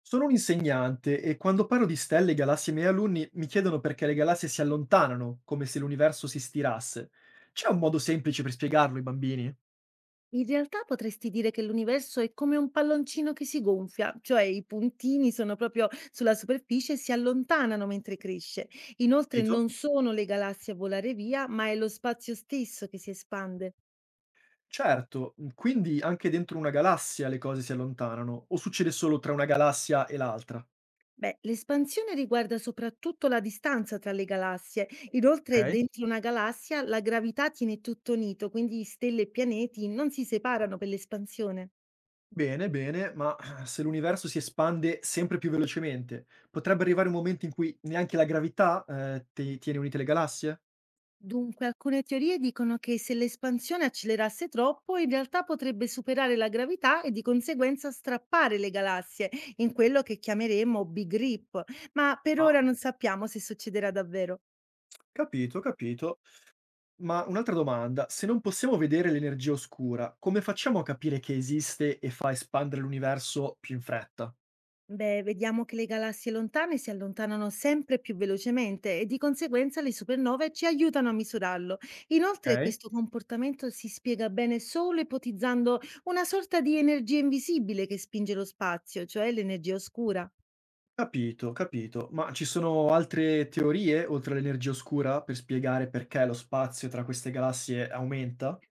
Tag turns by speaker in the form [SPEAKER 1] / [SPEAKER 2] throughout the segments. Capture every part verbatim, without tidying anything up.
[SPEAKER 1] Sono un insegnante e quando parlo di stelle, galassie ai miei alunni mi chiedono perché le galassie si allontanano, come se l'universo si stirasse. C'è un modo semplice per spiegarlo ai bambini?
[SPEAKER 2] In realtà potresti dire che l'universo è come un palloncino che si gonfia, cioè i puntini sono proprio sulla superficie e si allontanano mentre cresce. Inoltre
[SPEAKER 1] Capito?
[SPEAKER 2] non sono le galassie a volare via, ma è lo spazio stesso che si espande.
[SPEAKER 1] Certo, mhmm, quindi anche dentro una galassia le cose si allontanano, o succede solo tra una galassia e l'altra?
[SPEAKER 2] Beh, l'espansione riguarda soprattutto la distanza tra le galassie. Inoltre,
[SPEAKER 1] Ok.
[SPEAKER 2] dentro una galassia la gravità tiene tutto unito, quindi stelle e pianeti non si separano per l'espansione.
[SPEAKER 1] Bene, bene, ma eh, se l'universo si espande sempre più velocemente, potrebbe arrivare un momento in cui neanche la gravità eh, ti- tiene unite le galassie?
[SPEAKER 2] Dunque, alcune teorie dicono che se l'espansione accelerasse troppo, in realtà potrebbe superare la gravità e di conseguenza strappare le galassie in quello che chiameremo Big Rip, ma per
[SPEAKER 1] Ah,
[SPEAKER 2] ora non sappiamo se succederà davvero.
[SPEAKER 1] capito, capito. Ma un'altra domanda, se non possiamo vedere l'energia oscura, come facciamo a capire che esiste e fa espandere l'universo più in fretta?
[SPEAKER 2] Beh, vediamo che le galassie lontane si allontanano sempre più velocemente e di conseguenza le supernove ci aiutano a misurarlo. Inoltre,
[SPEAKER 1] Okay,
[SPEAKER 2] questo comportamento si spiega bene solo ipotizzando una sorta di energia invisibile che spinge lo spazio, cioè l'energia oscura.
[SPEAKER 1] capito, capito. Ma ci sono altre teorie oltre all'energia oscura per spiegare perché lo spazio tra queste galassie aumenta?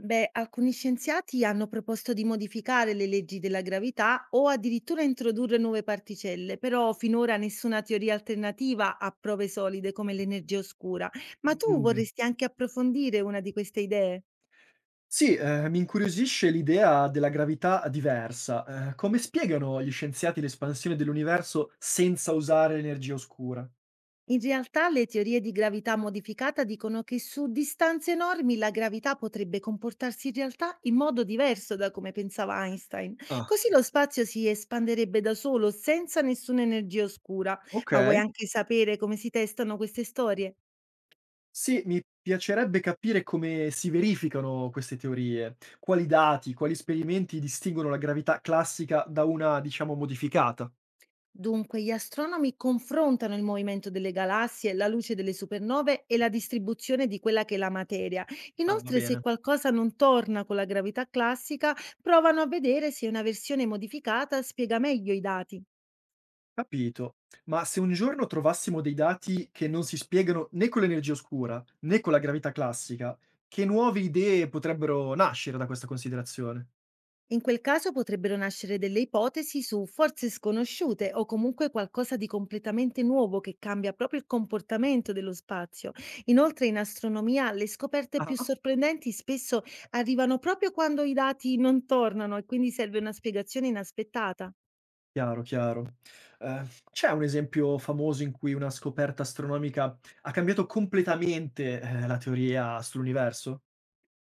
[SPEAKER 2] Beh, alcuni scienziati hanno proposto di modificare le leggi della gravità o addirittura introdurre nuove particelle, però finora nessuna teoria alternativa ha prove solide come l'energia oscura. Ma tu
[SPEAKER 1] Mh,
[SPEAKER 2] vorresti anche approfondire una di queste idee?
[SPEAKER 1] sì, ehm, mi incuriosisce l'idea della gravità diversa. Ehm, come spiegano gli scienziati l'espansione dell'universo senza usare l'energia oscura?
[SPEAKER 2] In realtà le teorie di gravità modificata dicono che su distanze enormi la gravità potrebbe comportarsi in realtà in modo diverso da come pensava Einstein.
[SPEAKER 1] Ah,
[SPEAKER 2] Così lo spazio si espanderebbe da solo, senza nessuna energia oscura.
[SPEAKER 1] ok.
[SPEAKER 2] Ma vuoi anche sapere come si testano queste storie?
[SPEAKER 1] Sì, mi piacerebbe capire come si verificano queste teorie, quali dati, quali esperimenti distinguono la gravità classica da una, diciamo, modificata.
[SPEAKER 2] Dunque, gli astronomi confrontano il movimento delle galassie, la luce delle supernove e la distribuzione di quella che è la materia.
[SPEAKER 1] Ah, va
[SPEAKER 2] Inoltre, se
[SPEAKER 1] bene.
[SPEAKER 2] qualcosa non torna con la gravità classica, provano a vedere se una versione modificata spiega meglio i dati.
[SPEAKER 1] Capito. Ma se un giorno trovassimo dei dati che non si spiegano né con l'energia oscura né con la gravità classica, che nuove idee potrebbero nascere da questa considerazione?
[SPEAKER 2] In quel caso potrebbero nascere delle ipotesi su forze sconosciute o comunque qualcosa di completamente nuovo che cambia proprio il comportamento dello spazio. Inoltre in astronomia le scoperte
[SPEAKER 1] Ah,
[SPEAKER 2] più
[SPEAKER 1] ah.
[SPEAKER 2] sorprendenti spesso arrivano proprio quando i dati non tornano e quindi serve una spiegazione inaspettata.
[SPEAKER 1] Chiaro, chiaro. Eh, c'è un esempio famoso in cui una scoperta astronomica ha cambiato completamente, eh, la teoria sull'universo?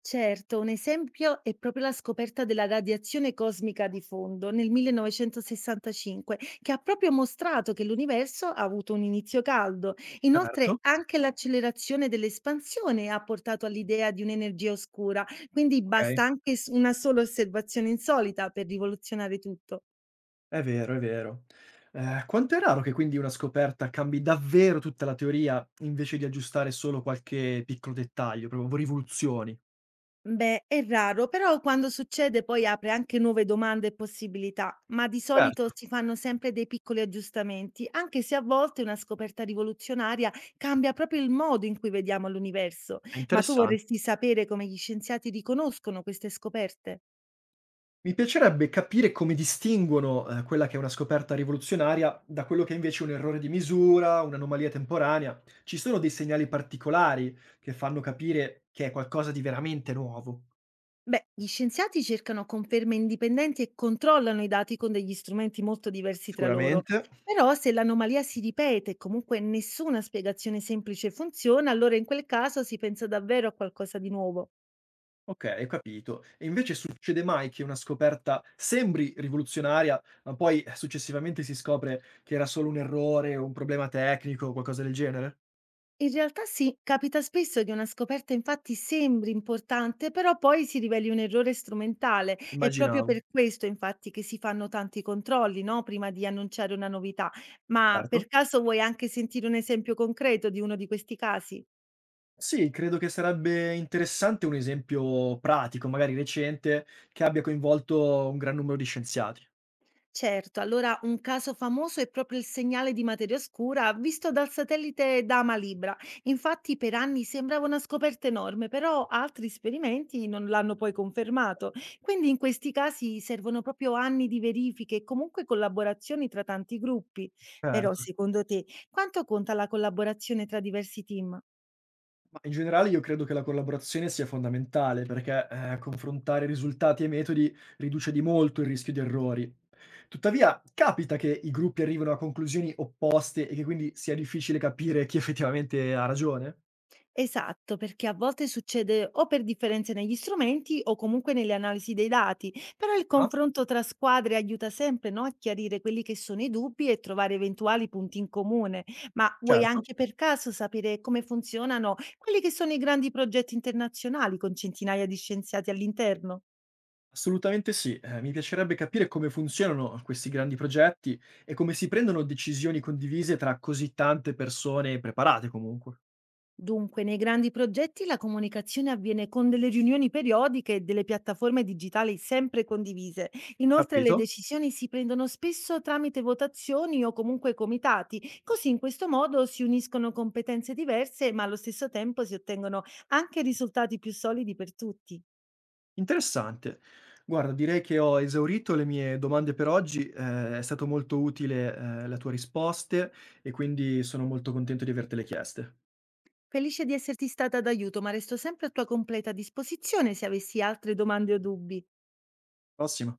[SPEAKER 2] Certo, un esempio è proprio la scoperta della radiazione cosmica di fondo nel millenovecentosessantacinque, che ha proprio mostrato che l'universo ha avuto un inizio caldo. Inoltre,
[SPEAKER 1] Certo,
[SPEAKER 2] anche l'accelerazione dell'espansione ha portato all'idea di un'energia oscura, quindi basta
[SPEAKER 1] okay.
[SPEAKER 2] anche s- una sola osservazione insolita per rivoluzionare tutto.
[SPEAKER 1] È vero, è vero. Ehm, quanto è raro che quindi una scoperta cambi davvero tutta la teoria, invece di aggiustare solo qualche piccolo dettaglio, proprio rivoluzioni.
[SPEAKER 2] Beh, è raro, però quando succede poi apre anche nuove domande e possibilità, ma di solito
[SPEAKER 1] Certo,
[SPEAKER 2] si fanno sempre dei piccoli aggiustamenti, anche se a volte una scoperta rivoluzionaria cambia proprio il modo in cui vediamo l'universo.
[SPEAKER 1] è
[SPEAKER 2] Ma tu
[SPEAKER 1] interessan
[SPEAKER 2] vorresti sapere come gli scienziati riconoscono queste scoperte?
[SPEAKER 1] Mi piacerebbe capire come distinguono, ehm, quella che è una scoperta rivoluzionaria da quello che invece è un errore di misura, un'anomalia temporanea. Ci sono dei segnali particolari che fanno capire che è qualcosa di veramente nuovo?
[SPEAKER 2] Beh, gli scienziati cercano conferme indipendenti e controllano i dati con degli strumenti molto diversi tra loro.
[SPEAKER 1] Sicuramente.
[SPEAKER 2] Però se l'anomalia si ripete e comunque nessuna spiegazione semplice funziona, allora in quel caso si pensa davvero a qualcosa di nuovo.
[SPEAKER 1] Okay, ho capito. E invece succede mai che una scoperta sembri rivoluzionaria, ma poi eh, successivamente si scopre che era solo un errore o un problema tecnico o qualcosa del genere?
[SPEAKER 2] In realtà sì, capita spesso che una scoperta infatti sembri importante, però poi si riveli un errore strumentale. È proprio per
[SPEAKER 1] Immaginavo.
[SPEAKER 2] questo infatti che si fanno tanti controlli, no? Prima di annunciare una novità. Ma per
[SPEAKER 1] Certo.
[SPEAKER 2] caso vuoi anche sentire un esempio concreto di uno di questi casi?
[SPEAKER 1] Sì, credo che sarebbe interessante un esempio pratico, magari recente, che abbia coinvolto un gran numero di scienziati.
[SPEAKER 2] Certo, allora un caso famoso è proprio il segnale di materia oscura visto dal satellite Dama Libra. Infatti per anni sembrava una scoperta enorme, però altri esperimenti non l'hanno poi confermato. Quindi in questi casi servono proprio anni di verifiche e comunque collaborazioni tra tanti gruppi. Però
[SPEAKER 1] Certo.
[SPEAKER 2] secondo te quanto conta la collaborazione tra diversi team?
[SPEAKER 1] Ma in generale io credo che la collaborazione sia fondamentale perché, ehm, confrontare risultati e metodi riduce di molto il rischio di errori. Tuttavia capita che i gruppi arrivino a conclusioni opposte e che quindi sia difficile capire chi effettivamente ha ragione?
[SPEAKER 2] Esatto, perché a volte succede o per differenze negli strumenti o comunque nelle analisi dei dati, però il
[SPEAKER 1] Ah.
[SPEAKER 2] confronto tra squadre aiuta sempre, no, a chiarire quelli che sono i dubbi e trovare eventuali punti in comune. Ma vuoi
[SPEAKER 1] Certo.
[SPEAKER 2] anche per caso sapere come funzionano quelli che sono i grandi progetti internazionali con centinaia di scienziati all'interno?
[SPEAKER 1] Assolutamente sì. Ehm, mi piacerebbe capire come funzionano questi grandi progetti e come si prendono decisioni condivise tra così tante persone preparate comunque.
[SPEAKER 2] Dunque, nei grandi progetti la comunicazione avviene con delle riunioni periodiche e delle piattaforme digitali sempre condivise. Inoltre le
[SPEAKER 1] Capito.
[SPEAKER 2] decisioni si prendono spesso tramite votazioni o comunque comitati, così in questo modo si uniscono competenze diverse ma allo stesso tempo si ottengono anche risultati più solidi per tutti.
[SPEAKER 1] Interessante. Guarda, direi che ho esaurito le mie domande per oggi, ehm, è stato molto utile, ehm, la tua risposte e quindi sono molto contento di avertele chieste.
[SPEAKER 2] Felice di esserti stata d'aiuto, ma resto sempre a tua completa disposizione se avessi altre domande o dubbi.
[SPEAKER 1] Prossima.